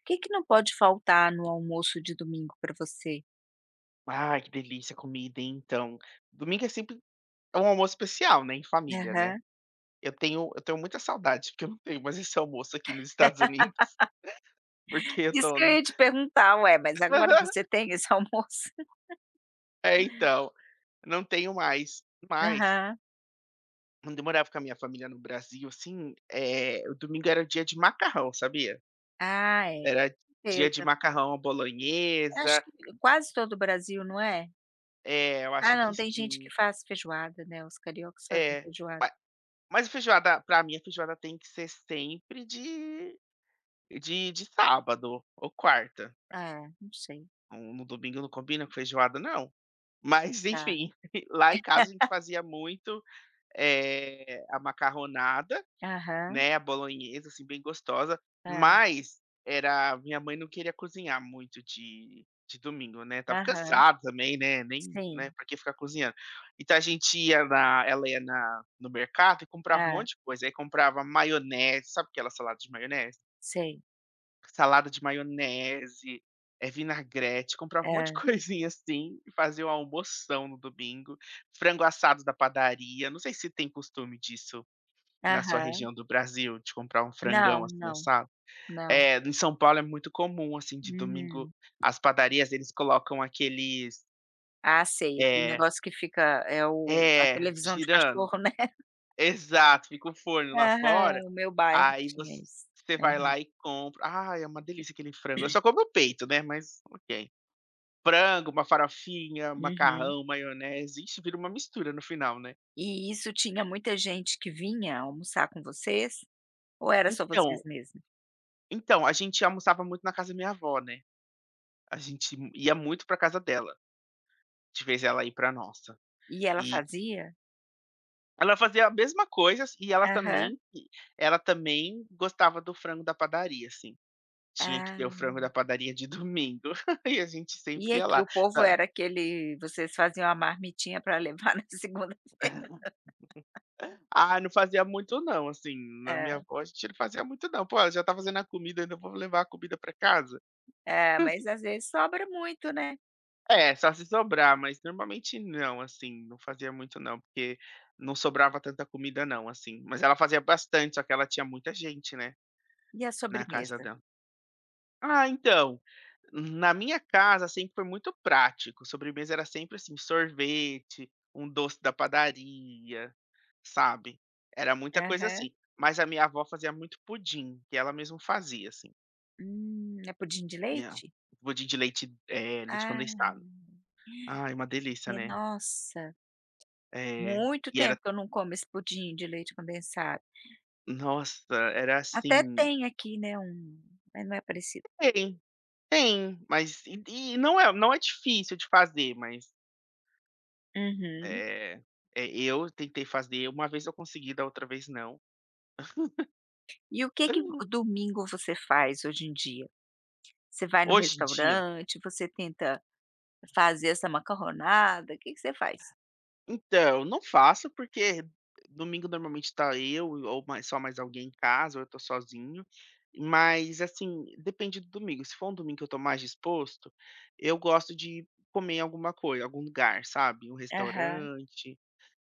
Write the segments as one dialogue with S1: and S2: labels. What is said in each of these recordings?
S1: O que que não pode faltar no almoço de domingo para você?
S2: Ai, que delícia comida, hein, então. Domingo é sempre, é um almoço especial, né, em família, né.
S1: Aham.
S2: Eu tenho muita saudade, porque eu não tenho mais esse almoço aqui nos Estados Unidos. Porque eu
S1: Isso que eu
S2: tô,
S1: ia te perguntar, ué, mas agora você tem esse almoço?
S2: é, então, não tenho mais. Mas,
S1: Aham.
S2: quando eu morava com a minha família no Brasil, assim, o domingo era o dia de macarrão, sabia?
S1: Ah, é,
S2: Era dia de
S1: certeza.
S2: macarrão à bolonhesa.
S1: Acho que quase todo o Brasil, não é?
S2: Eu
S1: Ah,
S2: acho que
S1: não, tem gente
S2: sim.
S1: que faz feijoada, né, os cariocas fazem
S2: É.
S1: feijoada.
S2: Ma mas a feijoada, pra mim, a feijoada tem que ser sempre de sábado ou quarta.
S1: Ah, não sei.
S2: No domingo não combina com feijoada, não. Mas
S1: Tá.
S2: enfim, lá em casa a gente fazia muito, a macarronada,
S1: Aham,
S2: né, a bolonhesa, assim, bem gostosa.
S1: ah,
S2: Mas era minha mãe não queria cozinhar muito de domingo, né, tava
S1: aham,
S2: cansada também, né, nem, né,
S1: sim.
S2: pra que ficar cozinhando. Então a gente ia na ela ia na no mercado e comprava um
S1: Ah,
S2: monte de coisa. Aí comprava maionese, sabe aquela salada de maionese?
S1: sei.
S2: Salada de maionese, é vinagrete, comprava um monte de
S1: Ah,
S2: coisinha assim, e fazia uma almoção no domingo. Frango assado da padaria, não sei se tem costume disso na sua
S1: aham.
S2: região do Brasil, de comprar um frangão
S1: Não,
S2: assim
S1: não,
S2: assado.
S1: não.
S2: É, em São Paulo é muito comum assim de domingo,
S1: Hum.
S2: as padarias eles colocam aqueles,
S1: Ah, sei, aquele
S2: é,
S1: negócio que fica é o a
S2: é,
S1: televisão de
S2: girando.
S1: cachorro, né.
S2: Exato, fica o forno lá
S1: Aham,
S2: fora.
S1: o meu bairro
S2: Aí
S1: tinha isso.
S2: você vai
S1: Aham.
S2: lá e compra. Ai, é uma delícia aquele frango, eu só como o peito, né, mas ok. Frango, uma farofinha, um
S1: Uhum.
S2: macarrão, maionese, ixi, vira uma mistura no final, né.
S1: E isso tinha muita gente que vinha almoçar com vocês, ou era só vocês
S2: Então
S1: mesmos?
S2: então, a gente almoçava muito na casa da minha avó, né, a gente ia muito pra casa dela, de vez ela ir pra nossa.
S1: E ela
S2: E
S1: fazia?
S2: ela fazia a mesma coisa, e ela
S1: Aham.
S2: também, gostava do frango da padaria, assim. Tinha que ter o
S1: Ah.
S2: frango da padaria de domingo, e a gente
S1: E
S2: sempre ia
S1: aqui
S2: lá.
S1: o povo
S2: Hã.
S1: era aquele, vocês faziam a marmitinha para levar na segunda?
S2: Ah, não fazia muito não, assim, na minha
S1: Hã,
S2: avó a gente não fazia muito não. "Pô, ela já tá fazendo a comida, ainda vou levar a comida pra casa?"
S1: é, mas às vezes sobra muito, né.
S2: É, só se sobrar, mas normalmente não, assim, não fazia muito não, porque não sobrava tanta comida, não, assim. Mas ela fazia bastante, só que ela tinha muita gente, né,
S1: E a
S2: na casa
S1: sobremesa?
S2: dela. Ah, então, na minha casa sempre foi muito prático, sobremesa era sempre assim: sorvete, um doce da padaria, sabe. Era muita coisa
S1: Aham.
S2: assim, mas a minha avó fazia muito pudim, que ela mesma fazia, assim.
S1: É pudim de
S2: E a
S1: leite?
S2: Pudim de leite, leite condensado.
S1: Ah.
S2: Ai, uma delícia,
S1: Porque,
S2: né.
S1: nossa,
S2: Eh,
S1: muito
S2: e era
S1: tempo que eu não como esse pudim de leite condensado.
S2: Nossa, era
S1: Até
S2: assim
S1: tem aqui, né, um, mas não é parecido.
S2: tem, tem, mas não é difícil de fazer. Mas,
S1: Uhum.
S2: é, eu tentei fazer. Uma vez eu consegui, da outra vez não.
S1: E o que que vo domingo você faz hoje em dia? Você vai num
S2: Hoje em dia,
S1: restaurante, você tenta fazer essa macarronada, o que que você faz?
S2: então, não faço, porque domingo normalmente tá eu, ou mais só mais alguém em casa, ou eu tô sozinho. Mas assim, depende do domingo. Se for um domingo que eu tô mais disposto, eu gosto de comer em alguma coisa, algum lugar, sabe, um
S1: Aham,
S2: restaurante,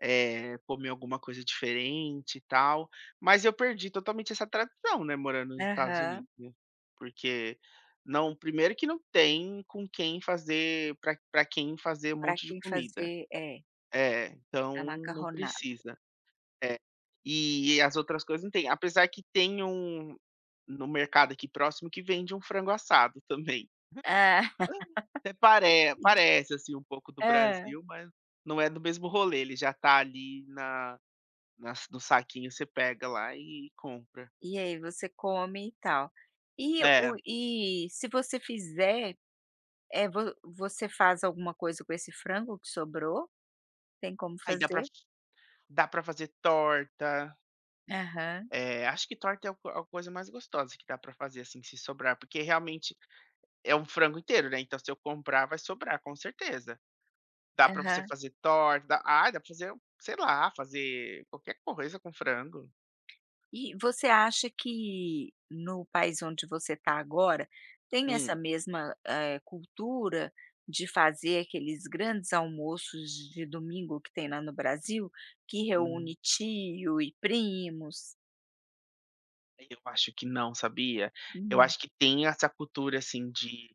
S2: comer alguma coisa diferente e tal. Mas eu perdi totalmente essa tradição, né, morando nos Estados
S1: aham.
S2: Unidos, né, porque não primeiro que não tem com quem fazer para quem fazer um
S1: Para
S2: monte de
S1: quem
S2: comida.
S1: fazer, é,
S2: É, então
S1: a
S2: não
S1: macarronada.
S2: precisa. É. E as outras coisas não tem, apesar que tem um no mercado aqui próximo que vende um frango assado também.
S1: Ah.
S2: Até pare parece, assim, um pouco do
S1: Hã.
S2: Brasil, mas não é do mesmo rolê. Ele já tá ali na nas no saquinho, você pega lá e compra.
S1: E aí você come e tal. E
S2: É,
S1: o e se você fizer, é, vo você faz alguma coisa com esse frango que sobrou? Tem como
S2: aí dá pra
S1: fazer?
S2: dá pra fazer torta.
S1: Aham,
S2: Acho que torta é o a coisa mais gostosa que dá pra fazer, assim, se sobrar, porque realmente é um frango inteiro, né, então se eu comprar vai sobrar, com certeza. Dá pra você
S1: aham.
S2: fazer torta, dá pra fazer, sei lá, fazer qualquer coisa com frango.
S1: E você acha que no país onde você está agora tem
S2: Hum,
S1: essa mesma, eh, cultura de fazer aqueles grandes almoços de domingo que tem lá no Brasil, que
S2: hum.
S1: reúne tio e primos?
S2: Eu acho que não, sabia? Eu
S1: Hum,
S2: acho que tem essa cultura, assim, de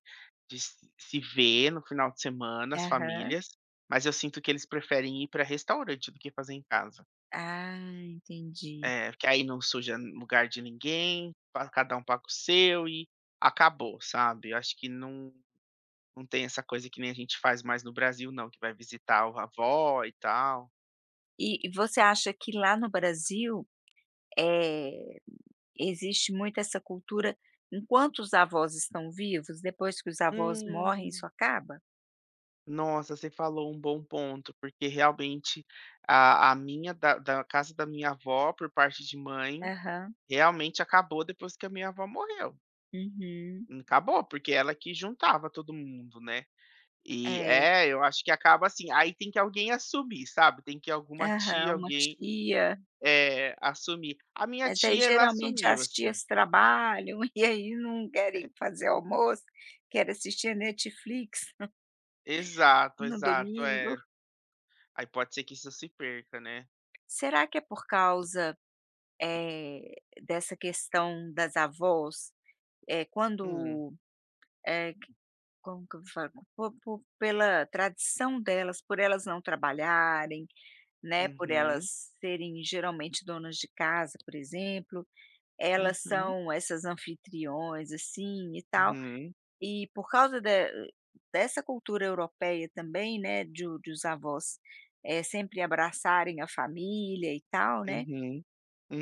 S2: de se ver no final de semana as
S1: aham.
S2: famílias, mas eu sinto que eles preferem ir para restaurante do que fazer em casa.
S1: Ah, entendi.
S2: É, porque aí não suja lugar de ninguém, pa cada um paga o seu e acabou, sabe? Eu acho que não tem essa coisa que nem a gente faz mais no Brasil, não, que vai visitar o avó e tal.
S1: E você acha que lá no Brasil, eh, existe muito essa cultura, enquanto os avós estão vivos, depois que os avós morrem, isso
S2: Hum.
S1: acaba.
S2: Nossa, você falou um bom ponto, porque realmente a minha da casa da minha avó, por parte de mãe,
S1: Aham.
S2: realmente acabou depois que a minha avó morreu.
S1: Uhum.
S2: Acabou, porque ela que juntava todo mundo, né.
S1: É.
S2: Eu acho que acaba assim. Aí tem que alguém assumir, sabe, tem que alguma tia,
S1: Aham, uma
S2: alguém,
S1: tia,
S2: assumir. A minha
S1: mas aí
S2: tia, ela
S1: geralmente
S2: assumiu,
S1: as
S2: assim.
S1: tias trabalham e aí não
S2: É,
S1: querem fazer almoço, querem assistir Netflix
S2: exato,
S1: no
S2: exato,
S1: domingo.
S2: é. Aí pode ser que isso se perca, né.
S1: Será que é por causa, eh, dessa questão das avós? Eh,
S2: Hum,
S1: quando, eh Como que eu falo? Po po Pela tradição delas, por elas não trabalharem, né, por elas
S2: uhum,
S1: serem geralmente donas de casa, por exemplo, elas
S2: uhum,
S1: são essas anfitriões, assim, e tal.
S2: uhum.
S1: E por causa de dessa cultura europeia também, né, de os avós, eh, sempre abraçarem a família e tal, né,
S2: Uhum,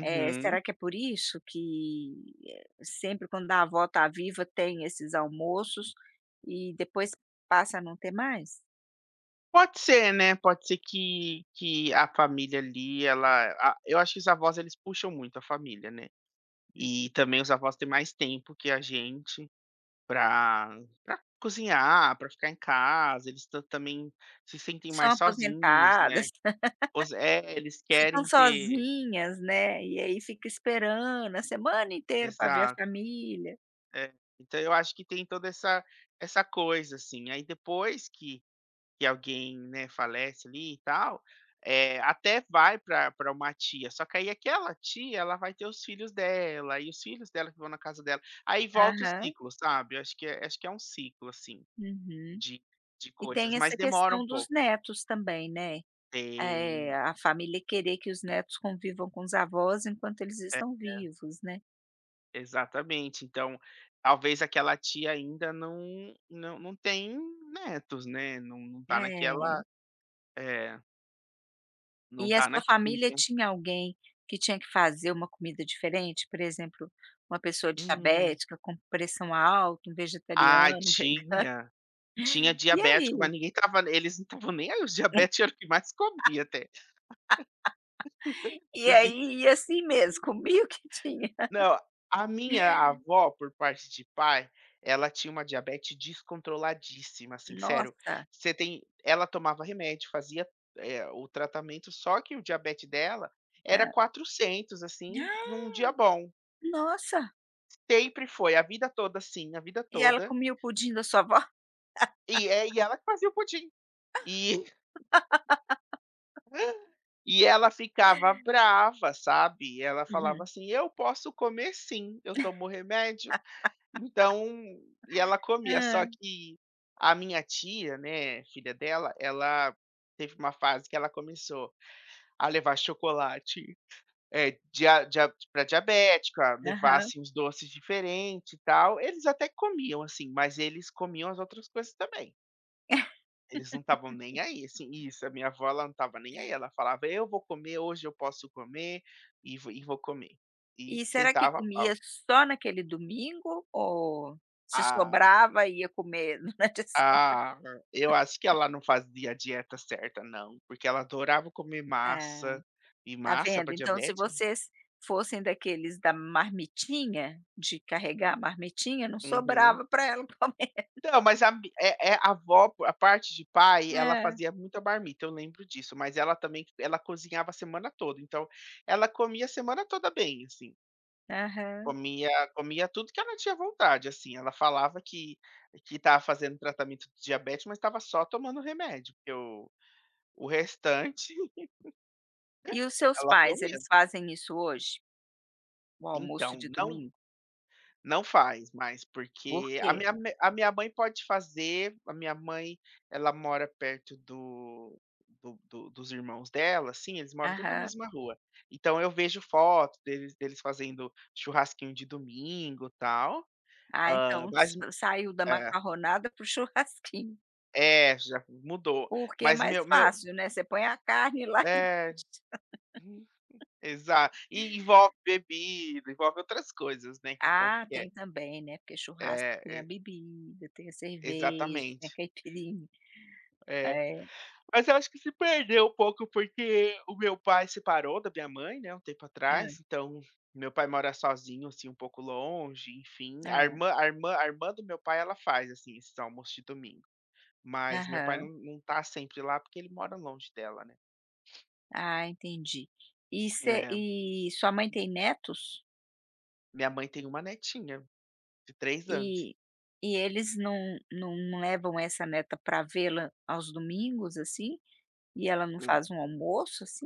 S1: eh, será que é por isso que, eh, sempre quando a avó tá viva tem esses almoços e depois passa a não ter mais?
S2: Pode ser, né, pode ser que a família ali, ela a eu acho que os avós, eles puxam muito a família, né. E também os avós têm mais tempo que a gente pra pra cozinhar, pra ficar em casa. Eles também se sentem
S1: São
S2: mais sozinhos, né.
S1: aposentadas,
S2: Eles
S1: ficam
S2: querem ter.
S1: sozinhas, né, e aí fica esperando a semana inteira para ver a
S2: Exato,
S1: família.
S2: é. Então eu acho que tem toda essa coisa, assim. Aí depois que alguém, né, falece ali e tal, até vai para pra uma tia, só que aí aquela tia, ela vai ter os filhos dela, e os filhos dela que vão na casa dela. Aí volta o
S1: Aham,
S2: ciclo, sabe. Eu Acho que é Acho que é um ciclo, assim,
S1: uhum.
S2: de de
S1: E
S2: coisas,
S1: tem
S2: mas
S1: essa
S2: demora um
S1: questão dos
S2: pouco.
S1: netos também, né,
S2: Tem,
S1: eh, a família querer que os netos convivam com os avós enquanto eles
S2: é,
S1: estão vivos, né.
S2: exatamente. Então, talvez aquela tia ainda não tem netos, né, não tá
S1: É.
S2: naquela, é, não
S1: E a
S2: tá na
S1: sua família
S2: quinta.
S1: tinha alguém que tinha que fazer uma comida diferente? Por exemplo, uma pessoa
S2: Hum.
S1: diabética, com pressão alta, um
S2: Ai,
S1: vegetariano, um vegano.
S2: tinha. Tinha
S1: E
S2: diabético, mas
S1: aí?
S2: ninguém tava, eles não estavam nem aí, os diabéticos era o que mais comia até,
S1: E
S2: assim.
S1: aí ia assim mesmo, comia o que tinha.
S2: Não, a minha avó, por parte de pai, ela tinha uma diabetes descontroladíssima, assim, sério.
S1: Nossa.
S2: Você tem Ela tomava remédio, fazia, o tratamento, só que o diabetes dela
S1: Hã.
S2: era 400, assim, num
S1: Ah,
S2: dia bom.
S1: nossa.
S2: Sempre foi, a vida toda assim, a vida
S1: E ela
S2: toda.
S1: comia o pudim da sua avó?
S2: E ela que fazia o pudim. E E ela ficava brava, sabe. Ela falava
S1: Hum.
S2: assim: "Eu posso comer sim, eu tomo remédio". Então, e ela comia, só
S1: Ah.
S2: que a minha tia, né, filha dela, ela teve uma fase que ela começou a levar chocolate, dia pra diabética, levar,
S1: Aham.
S2: assim, uns doces diferentes e tal. Eles até comiam, assim, mas eles comiam as outras coisas também. Eles não estavam nem aí, assim, isso. A minha avó, ela não estava nem aí, ela falava: "Eu vou comer, hoje eu posso comer e vou comer", e
S1: E será que
S2: sentava a
S1: comia
S2: pau.
S1: só naquele domingo ou se
S2: Ah,
S1: sobrava ia comer durante a se?
S2: ah, eu acho que ela não fazia a dieta certa, não, porque ela adorava comer
S1: Ah.
S2: massa, e
S1: Tá
S2: massa
S1: vendo?
S2: para
S1: Então se
S2: diabete.
S1: vocês fossem daqueles da marmitinha, de carregar a marmitinha, não
S2: Uhum.
S1: sobrava para ela comer.
S2: Então, mas a mi é a avó, a parte de pai, ela
S1: É.
S2: fazia muita marmita, eu lembro disso, mas ela também ela cozinhava a semana toda, então ela comia a semana toda bem, assim.
S1: Aham.
S2: Comia, tudo que ela tinha vontade, assim. Ela falava que estava fazendo tratamento de diabetes, mas estava só tomando remédio, porque o restante
S1: E os seus
S2: ela
S1: pais,
S2: comia.
S1: eles fazem isso hoje? O almoço
S2: Então,
S1: de
S2: não
S1: domingo?
S2: não faz mais,
S1: Por
S2: porque
S1: quê?
S2: a minha mãe pode fazer. A minha mãe, ela mora perto do do do dos irmãos dela, assim, eles moram tudo na
S1: Aham.
S2: mesma rua. Então eu vejo fotos deles fazendo churrasquinho de domingo, e tal.
S1: Ah,
S2: Hã,
S1: então
S2: mas
S1: sa saiu da
S2: é.
S1: macarronada pro churrasquinho,
S2: É, já mudou.
S1: porque é
S2: Mas
S1: mais
S2: meu meu
S1: fácil, né, você põe a carne lá e
S2: É,
S1: deixa.
S2: exato. E envolve bebida, envolve outras coisas, né, que o povo
S1: Ah,
S2: quer.
S1: tem também, né, porque churrasco
S2: É,
S1: tem a
S2: é,
S1: bebida, tem a cerveja, tem a
S2: exatamente.
S1: caipirinha.
S2: É.
S1: É.
S2: Mas eu acho que se perdeu um pouco, porque o meu pai separou da minha mãe, né, um tempo atrás.
S1: Ah.
S2: Então meu pai mora sozinho, assim, um pouco longe, enfim. A
S1: Hã.
S2: irmã a irmã a irmã do meu pai, ela faz, assim, esses almoços de domingo, mas meu pai não
S1: Aham.
S2: não tá sempre lá, porque ele mora longe dela, né.
S1: Ah, entendi. E você
S2: É.
S1: e sua mãe tem netos?
S2: Minha mãe tem uma netinha. De 3 anos.
S1: E e eles não não levam essa neta para vê-la aos domingos, assim? E ela não
S2: Hum.
S1: faz um almoço, assim?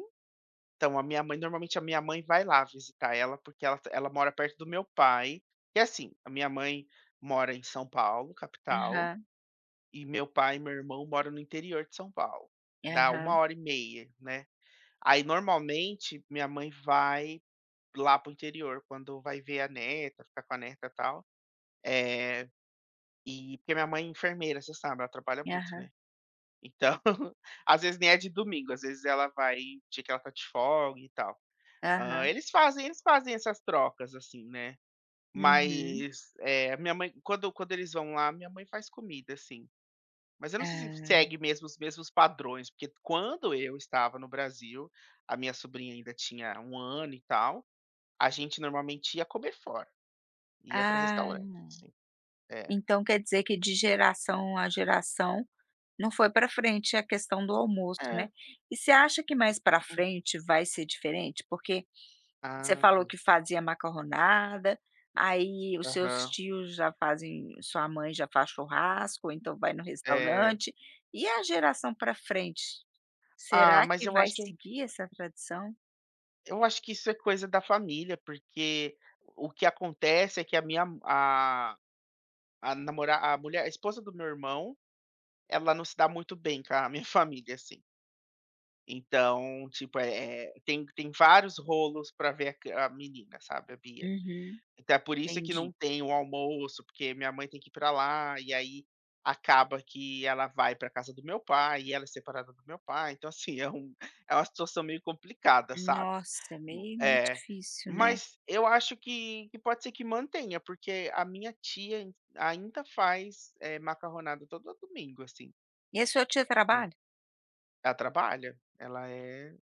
S2: Então, a minha mãe normalmente a minha mãe vai lá visitar ela, porque ela mora perto do meu pai. E assim, a minha mãe mora em São Paulo, capital,
S1: Aham,
S2: e meu pai e meu irmão moram no interior de São Paulo. Dá uma
S1: aham,
S2: hora e meia, né. Aí normalmente minha mãe vai lá para o interior quando vai ver a neta, ficar com a neta, e tal. É, e porque minha mãe é enfermeira, você sabe, ela trabalha muito,
S1: aham,
S2: né. Então, às vezes nem é de domingo, às vezes ela vai dia que ela tá de folga e tal. Hã,
S1: aham.
S2: eles fazem essas trocas, assim, né.
S1: Uhum.
S2: Mas, a minha mãe, quando eles vão lá, minha mãe faz comida, assim. Mas eu não sei se
S1: Ah.
S2: segue mesmo os mesmos padrões, porque quando eu estava no Brasil, a minha sobrinha ainda tinha 1 ano e tal, a gente normalmente ia comer fora, ia para
S1: Ah,
S2: restaurante, assim. É.
S1: então quer dizer que de geração a geração não foi para frente a questão do almoço,
S2: É.
S1: né. E você acha que mais para
S2: Hum.
S1: frente vai ser diferente? Porque... Você falou
S2: Ah,
S1: que fazia macarronada, aí os seus
S2: aham.
S1: tios já fazem, sua mãe já faz churrasco, ou então vai no
S2: É.
S1: restaurante. E a geração para frente,
S2: Ah,
S1: será
S2: mas
S1: que
S2: eu
S1: vai
S2: acho
S1: seguir essa tradição?
S2: eu acho que isso é coisa da família, porque o que acontece é que a minha a A namorar a esposa do meu irmão, ela não se dá muito bem com a minha família, assim. Então, tipo, tem vários rolos pra ver a menina, sabe, a Bia.
S1: Uhum,
S2: Até por isso que não
S1: entendi.
S2: tem o almoço, porque minha mãe tem que ir pra lá, e aí acaba que ela vai pra casa do meu pai, e ela é separada do meu pai. Então, assim, é uma situação meio complicada, sabe.
S1: Nossa,
S2: Hum.
S1: meio meio
S2: É,
S1: difícil, né.
S2: mas eu acho que pode ser que mantenha, porque a minha tia ainda faz, macarronada todo domingo, assim.
S1: E a sua tia
S2: Ela
S1: trabalha?
S2: ela trabalha, ela é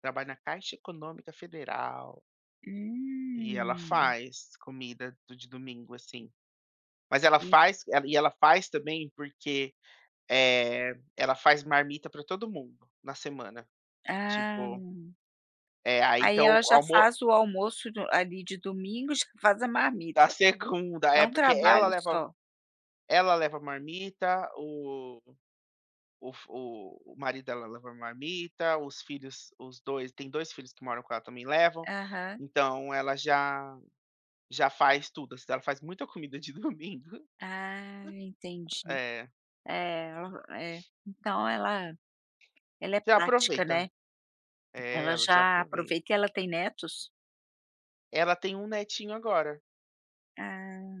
S2: trabalha na Caixa Econômica Federal, e ela
S1: Hum,
S2: faz comida do de domingo, assim. Mas
S1: e
S2: ela faz também, porque, ela faz marmita para todo mundo na semana.
S1: ah,
S2: Tipo, é, aí
S1: aí
S2: então
S1: ela já
S2: almo
S1: faz o almoço do ali de domingo, já faz a
S2: da
S1: marmita.
S2: segunda.
S1: É
S2: É,
S1: um
S2: porque ela
S1: trabalho
S2: leva
S1: só.
S2: ela leva marmita, o f o marido dela leva marmita, os dois, tem 2 filhos que moram com ela também levam,
S1: Aham.
S2: então ela já faz tudo, assim, ela faz muita comida de domingo.
S1: Ah, entendi.
S2: É,
S1: É, ela é. Então ela é
S2: já
S1: prática,
S2: aproveita.
S1: né.
S2: É,
S1: Ela
S2: ela já
S1: já
S2: aproveita.
S1: aproveita e ela tem netos?
S2: Ela tem um netinho agora.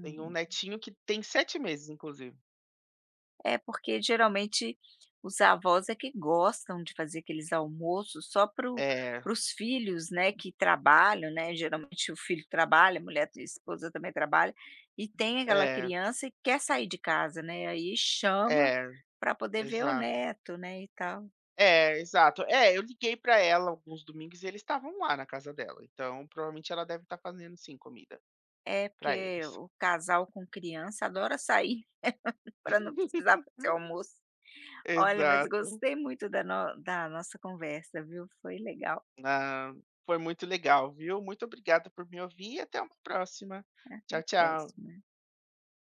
S2: Tenho um netinho que tem 7 meses, inclusive.
S1: É, porque geralmente os avós é que gostam de fazer aqueles almoços só para o
S2: É,
S1: os filhos, né, que trabalham, né, geralmente o filho trabalha, a esposa também trabalha, e tem aquela
S2: é,
S1: criança que quer sair de casa, né, aí chama
S2: é,
S1: para poder ver o
S2: exato.
S1: neto, né, e tal.
S2: É, exato. É, eu liguei pra ela alguns domingos e eles estavam lá na casa dela, então provavelmente ela deve estar fazendo sim comida
S1: É,
S2: pra
S1: porque
S2: eles.
S1: o casal com criança adora sair, para não precisar fazer almoço. Olha, mas
S2: Exato.
S1: gostei muito da no da nossa conversa, viu, foi legal.
S2: Ah, foi muito legal, viu. Muito obrigada por me ouvir e até uma próxima.
S1: Até
S2: Tchau,
S1: a
S2: tchau.
S1: próxima.